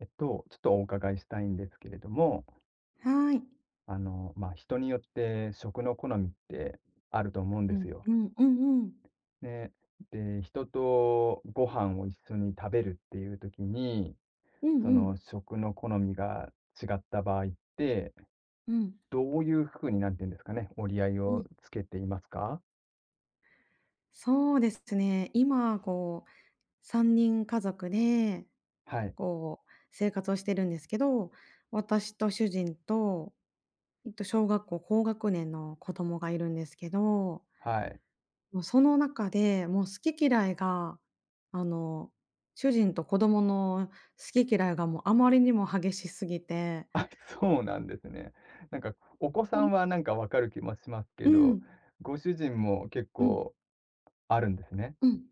ちょっとお伺いしたいんですけれども、はい。人によって食の好みってあると思うんうですん、よ。うん、うんうん。ね。で、人とご飯を一緒に食べるっていう時に、うんそうのん。食の好みが違った場合って、うん。どういうふうに、なんていうんですかね、折り合いうをん、つけていますか？そうですね。今こう3人家族で、はい、こう生活をしてるんですけど、私と主人と、小学校高学年の子供がいるんですけど、はい。もうその中で、もう好き嫌いが、あの、主人と子供の好き嫌いがもうあまりにも激しすぎて。 あ、そうなんですね。なんかお子さうん。んはなんか分かる気もしますけうど、ん。ご主人も結うん、構あるんですね。うん。い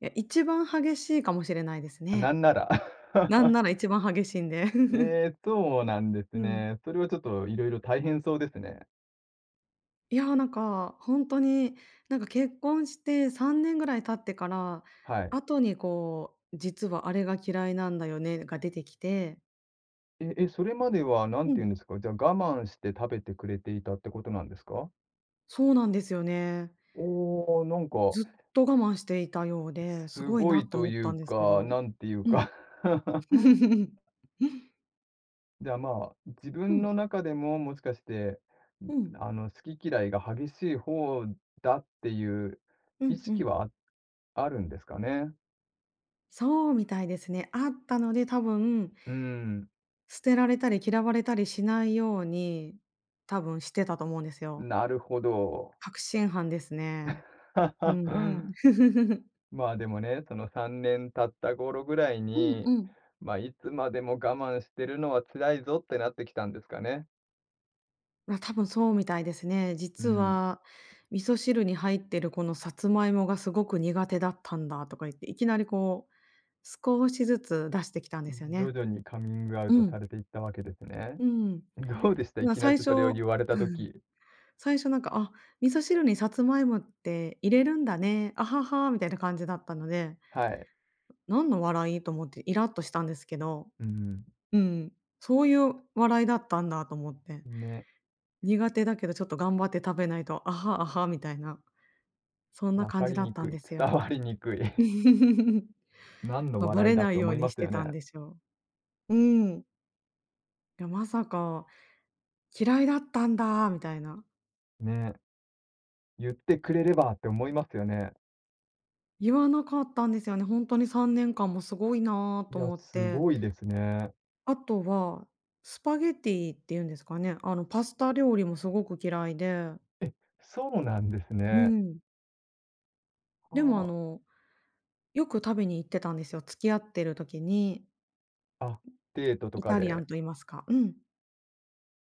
や、一番激しいかもしれないですなね。んなら。なんなら 一番激しいんで。え え、そうなんですうん。ね。それはちょっといろいろ大変そうですね。いや、なんか、本当に、なんか結婚して3年ぐらい経ってから、はい。後にこう、実はあれが嫌いなんだよねが出てきて。え、え、それまではなんうてん、言うんですか、じゃあ我慢して食べてくれていたってことなんですか？そうなんですよね。おお、ずっと我慢していたようで、すすごいごないとと思っいたうんですけか、ど。なんていううん。か じゃあ、まあ、自う分ん、の中でも、もしかして、うん、好き嫌いが激しい方だっていうう意ん、う識ん。はあるんですかね。そうみたいですね。あったので、多分うーん、捨てられたり嫌われたりしないように、多分してたと思うんですよ。なるほど。確信犯ですね。うんうん。まあ、でもね、その3年経った頃ぐらいうんに、うん。まあ、いつまでも我慢してるのは辛いぞってなってきたんですかね。あ、多分そうみたいですね。う実ん。は、味噌汁に入ってるこのさつまいもがすごく苦手だったんだとか言って、いきなりこう、少しずつ出してきたんですよ徐ね。々にカミングアウうトさん。れていったわけですね。うん。どうでした？いま、きなり最それを言初われた時。最初なんか、あ、味噌汁にさつまいもって入れるんだね、あはは、みたいな感じだったので、はい。何の笑い？と思ってイラッとしたんですけど、うん。うん、そういう笑いだったんだと思って、ね、苦手だけどちょっと頑張って食べないと、あはあはみたいな、そんなわ感かじりだっにたんくでい、す伝よ。わりにくい。何のまあ、バ笑いレだっなていよ思ういにましすてよたんね。でしょう。うん。いや、まさか「嫌いだったんだ」みたいな、ね、言ってくれればって思いますよね。言わなかったんですよね。本んに3年間もすごいなーいとや、思っすて。ごいですね。あとは、スパゲティっていうんですかね、あの、パスタ料理もすごく嫌いで、え、そうなんですうね。ん。でも、あはの、よく食べに行ってたんですよ。付き合ってる時に、あ。あ、デートとイかタリアで、ンと言いますか。うん。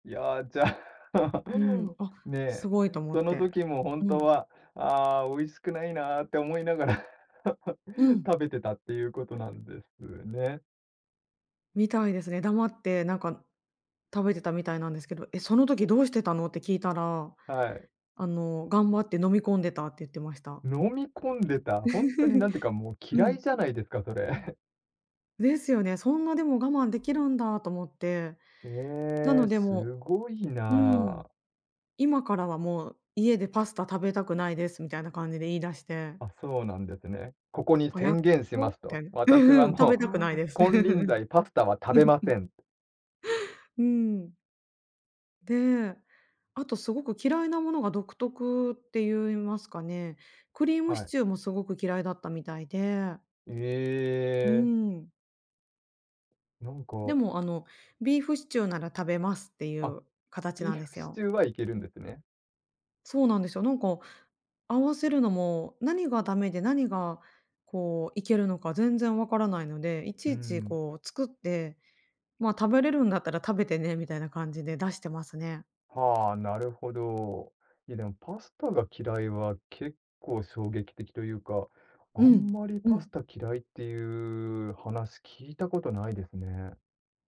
いや、じゃあ うん。あ、ねすえ、ごいと思そっのて。時もう本当ん。は、ああ、美味しくないなって思いながら うん。食べてたっていうことなんですね。みたいですね。黙って、なんか、食べてたみたいなんですけど、「え、その時どうしてたの？」って聞いたら、はい。あの、「頑張って飲み込んでた」って言ってました。飲み込んでた、本当になんていう か、もうう嫌いん。じゃないですか、それ。ですよね。そんなでも我慢できるんだと思って。なええ、ので、すもごいう。うなん。あ。「今からはもう家でパスタ食べたくないです」みたいな感じで言い出して。あ、そうなんですね。ここにあ、やっ宣言しまとすみたと。いな。う私んはうん、食もべたくないう で す。金輪 際パスタは食べません。うん。で、あとすごく嫌いなものが独特って言いますかね、クリームはシい。チューもすごく嫌いだったみたいで、えうえ、ん。なんか、でもあの、ビーフシチューなら食べますっていあ、う形ビなんーでフすシよ。チューはいけるんですね。そうなんですよ。なんか、合わせるのも、何がダメで何がこういけるのか全然わからないので、いうちいちん。こう作って、まあ、食べれるんだったら食べてねみたいな感じで出してますね。はあ、なるほど。いや、でもパスタが嫌いは結構衝撃的というか、うあんん、まりうパん。スタ嫌いっていう話聞いたことないですね。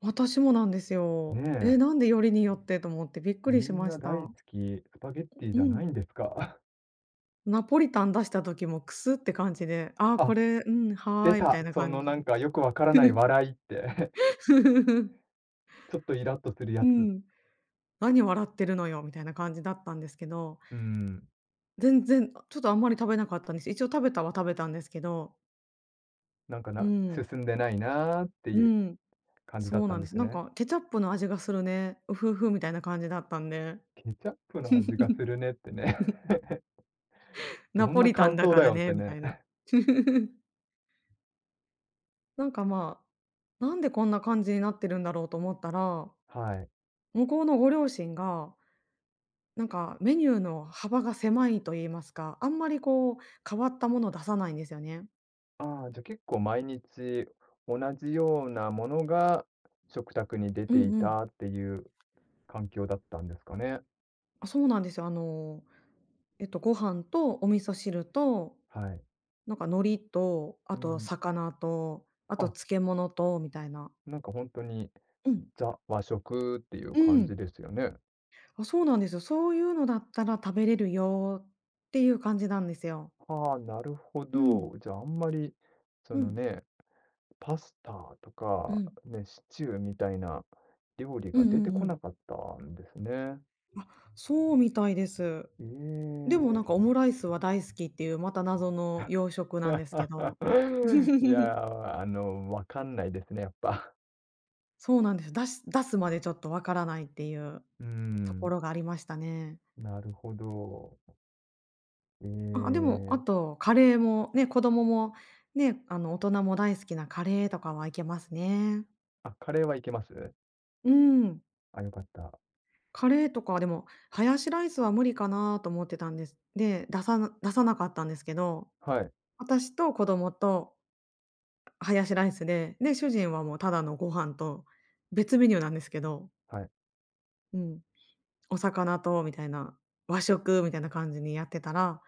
私もなんですねよ。え、え、なんでよりによってと思ってびっくりみしんまなし大た。好き、スパゲッティじうゃないん。んですか？ナポリタン出した時もクスって感じで、ああ、これ、うん、は出ーい、みたた、いなそ感のじなで。んかよくわからない笑いって ちょっとイラっとするやうつ。ん。何笑ってるのよみたいな感じだったんですけど、うん、全然、ちょっとあんまり食べなかったんです。一応食べたは食べたんですけど、なんかうなん、進んでないなーってういうん、感じそだっうたなんんでです。すなんね。かケチャップの味がするね、うふうふみたいな感じだったんで。ケチャップの味がす るねってね。どナんポなリタ感ンだ想かだらよっね、てみたね。いな。なんか、まあ、なんでこんな感じになってるんだろうと思ったら、はい。向こうのご両親が、なんかメニューの幅が狭いと言いますか、あんまりこう変わったものを出さないんですよね。ああ、じゃ、結構毎日同じようなものが食卓に出うてんいうん。たっていう環境だったんですかね。あ、そうなんですよ。ご飯とお味噌汁と、はい。なんか海苔と、あうとん。魚と、あとあ、漬物とみたいな。なんか本当にうん。ザ和食っていうう感じん。ですよね。あ、そうなんですよ。そういうのだったら食べれるよっていう感じなんですよ。はあ、なるほうん。ど。じゃあ、あんまりそうのん。ね、パスタとうか、ん。ね、シチューみたいな料理うんがう出てんうこん。なかったんですね。あ、そうみたいです。えでもなんえ。かオムライスは大好きっていう、また謎の洋食なんですけど。い やー、わかんないですね、やっぱ。そうなんです。出し出すまでちょっとわからないっていううーとこん、ろがありましたね。なるほど。えあ、でも、あえ、とカレーもね、子供もね、あの、大人も大好きなカレーとかはいけますね。あ、カレーはいけます？うん。あ、よかった。カレーとか、でも、ハヤシライスは無理かなと思ってたんです。で、出さなかったんですけど、はい、私と子供とハヤシライスで、で、主人はもうただのご飯と、別メニューなんですけど、はい。うん、お魚とみたいな、和食みたいな感じにやってたら、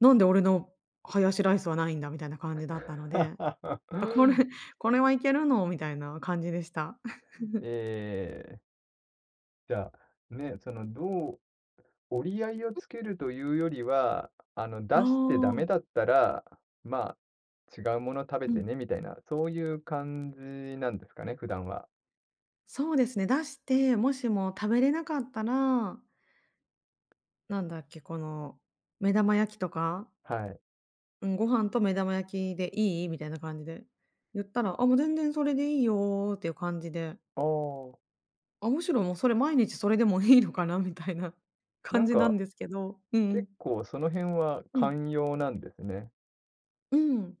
なんで俺のハヤシライスはないんだみたいな感じだったので、これはいけるのみたいな感じでした。ええ、じゃあ、ね、その、どう折り合いをつけるというよりは、あ出してダメだあ、ったら、まあ、違うもの食べうてん。ねみたいな、そういう感じなんですかね、普段は。そうですね、出して、もしも食べれなかったら、なんだっけ、この、目玉焼きとか、はい。うん、ご飯と目玉焼きでいい？みたいな感じで言ったら、あ、もう全然それでいいよっていう感じで、ああ、あ、むしろもうそれ毎日それでもいいのかなみたいな な感んじなかんですけど、うんう結ん。構その辺はうん、寛容なんですね、うん。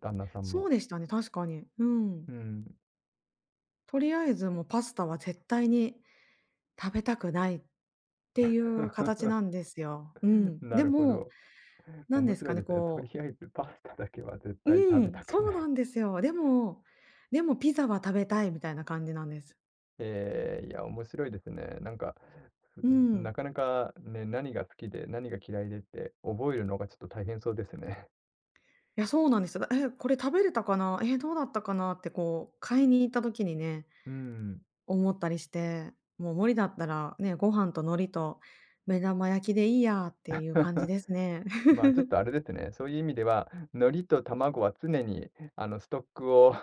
旦那さんそも。うでしたね、確かに。うん。うん。とりあえずもうパスタは絶対に食べたくないっていう形 なんですよ。うん。なでるほも、ど。なん面です白かいね、ですね。とりこう。あえずパスタだけは絶対う食べん、たくそうなない。んですよ。でもピザは食べたいみたいな感じなんです。えーいや、面白いですね。うん。かなかね、何が好きで何が嫌いでって覚えるのがちょっと大変そうですね。いや、そうなんですよ。え、これ食べれたかな？え、どうだったかな？ってこう買いに行った時にね、うん。思ったりして、もう無理だったらね、ご飯と海苔と目玉焼きでいいやっていう感じですね。まあ、ちょっ とあれですね、そういう意味では、海苔と卵は常にストックを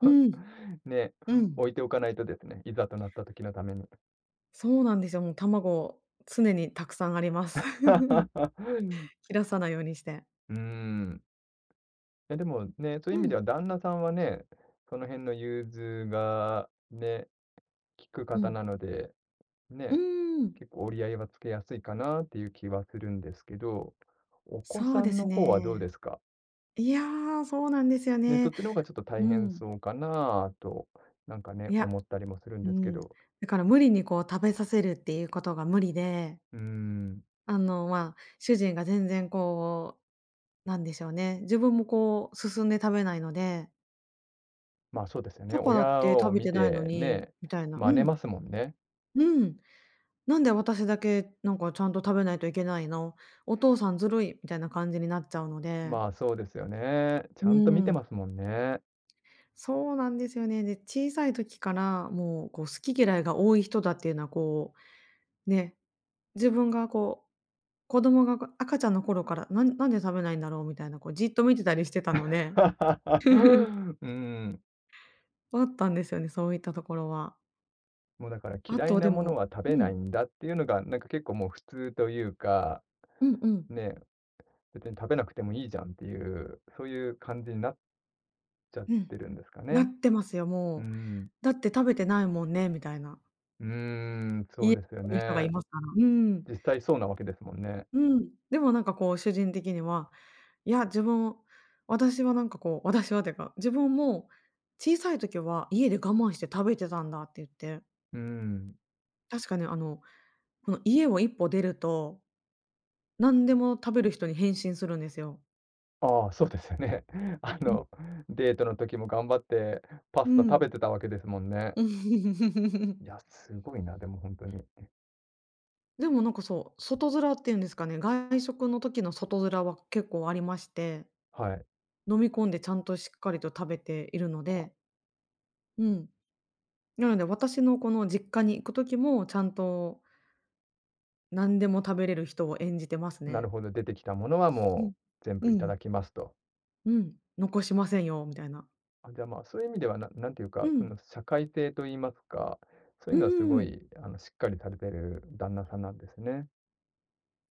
うん、ね、うん。置いておかないとですね、いざとなった時のために。そうなんですよ。もう卵、常にたくさんあります。切らさないようにして。うーん。え、でもね、そういうう意味でん、は旦那さんはね、その辺の融通がね、効くう方ん。なので、うーね、ん、結構折り合いはつけやすいかなっていう気はするんですけど、お子そうさでんすの方はどうね。ですか？いやー、そうなんですよね、そね。っちの方がちょっとう大変ん。そうかなと、なんかね、いや、思ったりもするんうですけん。ど。だから無理にこう食べさせるっていうことが無理で、うーん、あの、まあ、主人が全然こう、なんでしょうね、自分もこう進んで食べないので、ま、そうですよね。パパだっ親てを食べ見てないのてに、ね、みたいな。う真似まん、すもんね。うん。なんで私だけなんかちゃんと食べないといけないの、お父さんずるいみたいな感じになっちゃうので、まあ、そうですよね。ちうゃんと見てん、ますもんね。そうなんですよね。で、小さい時からもうこう好き嫌いが多い人だっていうのはこね、自分がこう、子供が、こう赤ちゃんの頃から、なんで食べないんだろうみたいな、こう、じっと見てたりしてたので、うん。あったんですよね、そういったところは。もうだからあ嫌いとなでものもは食べうないん、んだっていうのが、なんか結構もう普通というか、うんうん、ね、別に食べなくてもいいじゃんっていう、そういう感じになっちゃっうん、てるんですかなっね。てますよ、うもう。ん。だって食べてないもんねみたいな。うーん、そうい、ですよそういう人がいね。ますから。うん、実際そうなわけですもんね。うん。でもなんかこう主人的には、いや、自分私はなんかこう、私はっていうか、自分も小さい時は家で我慢して食べてたんだって言って、うん。確かね、この家を一歩出ると、何でも食べる人に変身するんですよ。ああ、そうですよね。あうん。の、デートの時も頑張ってパうスタ食ん。 べてたわけですもんね。いや、すごいな、でも本当に。でもなんかそう、外面っていうんですかね、外食の時の外面は結構ありまして、はい。飲み込んでちゃんとしっかりと食べているので、うん。なので私のこの実家に行く時もちゃんと何でも食べれる人を演じてますなるね。ほど、出てきたものはうもん。う全う部いたん。だきますと。うん。残しませんよみたいな。あ、じゃあ、まあ、そういう意味では、なんていううか、そん。の社会性と言いますか、そういううのはすごん。い、しっかりされてる旦那さんなんですね。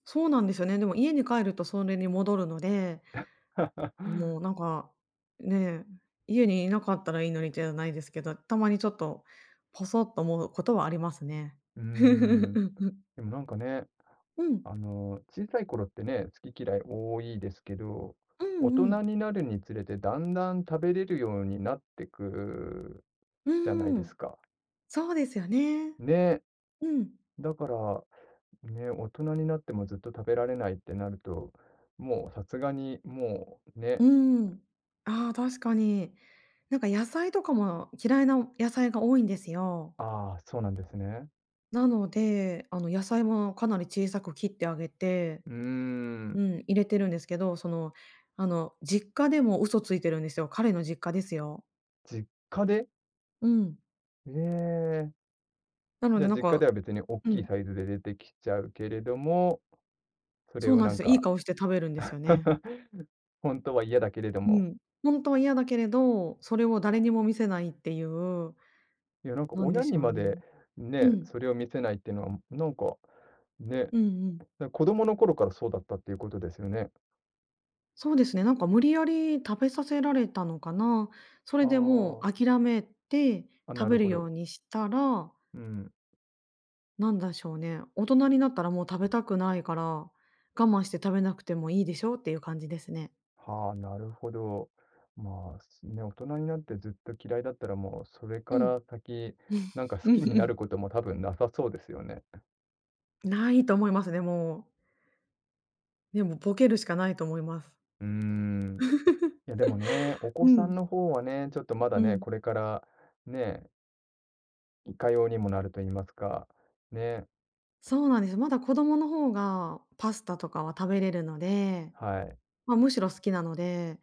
そうなんですよね。でも家に帰るとそれに戻るので、 もうなんか、ねえ、家にいなかったらいいのにじゃないですけど、たまにちょっとポソッと思うことはありますね。うーん。でもなんかね、うん。小さい頃ってね、好き嫌い多いですけど、う大ん人うん。になるにつれてだんだん食べれるようになってくうじゃなーいでん。すか。そうですよね。ね。うん。だからね、大人になってもずっと食べられないってなると、もうさすがにもうね、うーん。ああ、確かに。なんか野菜とかも嫌いな野菜が多いんですよ。ああ、そうなんですね。なので、野菜もかなり小さく切ってあげて、うーん、うん、入れてるんですけど、実家でも嘘ついてるんですよ。彼の実家ですよ。実家で、うん。ええ、なのじゃであなん実家でか、は別におっうきいん。サイズで出てきちゃうけれども、それそうをなんなでんすよ。いいか 顔して食べるんですよね。本当は嫌だけれどうも、ん。本当は嫌だけれど、それを誰にも見せないっていう、いやなんかなんで親しにょうまね。でうね、ん。それを見せないっていうのは、なんか、ね、うんうん。子供の頃からそうだったっていうことですよね。そうですね、なんか無理やり食べさせられたのかな。そあれでもあ、う諦めてあ、な食るべるほようど。にしたら、うん。なんでしょうね、大人になったらもう食べたくないから、我慢して食べなくてもいいでしょっていう感じですね。はあ、なるほど。まあ、すね、大人になってずっと嫌いだったら、もうそれかうん。ら先、な んか好うんきにうなるん。ことも多分なさそうですよね。ないと思いますね、もう。でも、ボケるしかないと思います。うーん。いや、でもね、お子うさん、んの方はね、ちょっとまだうね、ん。これからね、いかようにもなると言いますか、ね、そうなんです。まだ子供の方がパスタとかは食べれるので、はい。まあ、むしろ好きなので、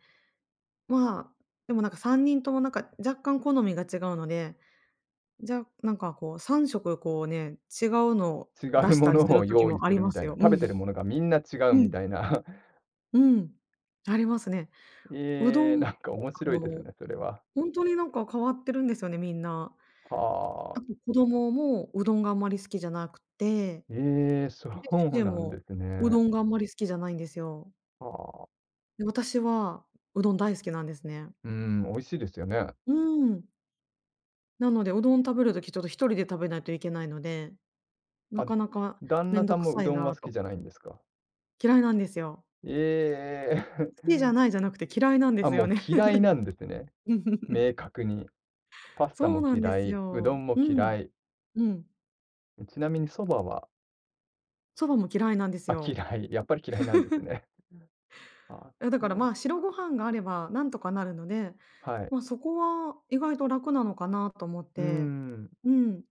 まあ、でもなんか3人ともなんか若干好みが違うので、じゃ、なんかこう3食こうね、違うのを違出うしもたりすのるを時用意もあすりるみまたすいな、よ。う食べん。てるものがみんな違ううみん。たいな。うん。ありますね。うどええ、んも、なんか面あ白いですの、ね、それは。ほんとになんか変わってるんですよね、みんな。はああ。と子供もうどんがあんまり好きじゃなくて、ええ、そで、主う人なんもですうどね。んがあんまり好きじゃないんですよ。はあ。で、私はうどん大好きなんですね。うーん、美味しいですよね。うん。なので、うどん食べる時ちょっと一人で食べないといけないので、なあ、かなか旦め那んさどんくもうさいどんはな好きと。じゃないんですか？嫌いなんですよ。ええ。好きじゃないじゃなくて嫌いなん であ、すもようね。嫌いなんですね、明 確に。パスタそうもなんで嫌すい、うどよ。んもう嫌ん。い。うん。ちなみにそばは、蕎麦も嫌いなんですあ、よ。嫌い、やっぱり嫌いなんですね。あ、いや、だそからうなのまあ、白か。ご飯があればなんとかなるので、はい。まあ、そこは意外と楽なのかなと思っうーて。ん。うん、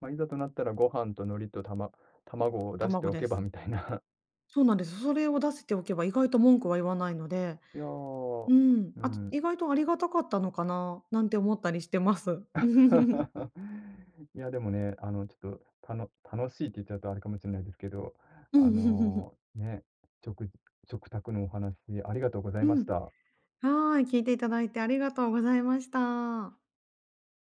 まあ、いざとなったらご飯と海苔と卵を出して卵おでけばす。みたいな。そうなんです。それを出せておけば意外と文句は言わないので、いやー、うん、うーあとん。意外とありがたかったのかな、なんて思ったりしてます。いや、でもね、ちょっと、楽しいって言っちゃうとあれかもしれないですけど、うん。ね、食食卓のお話ありがとうござ いうましん。た。はーい、聞いていただいてありがとうございました。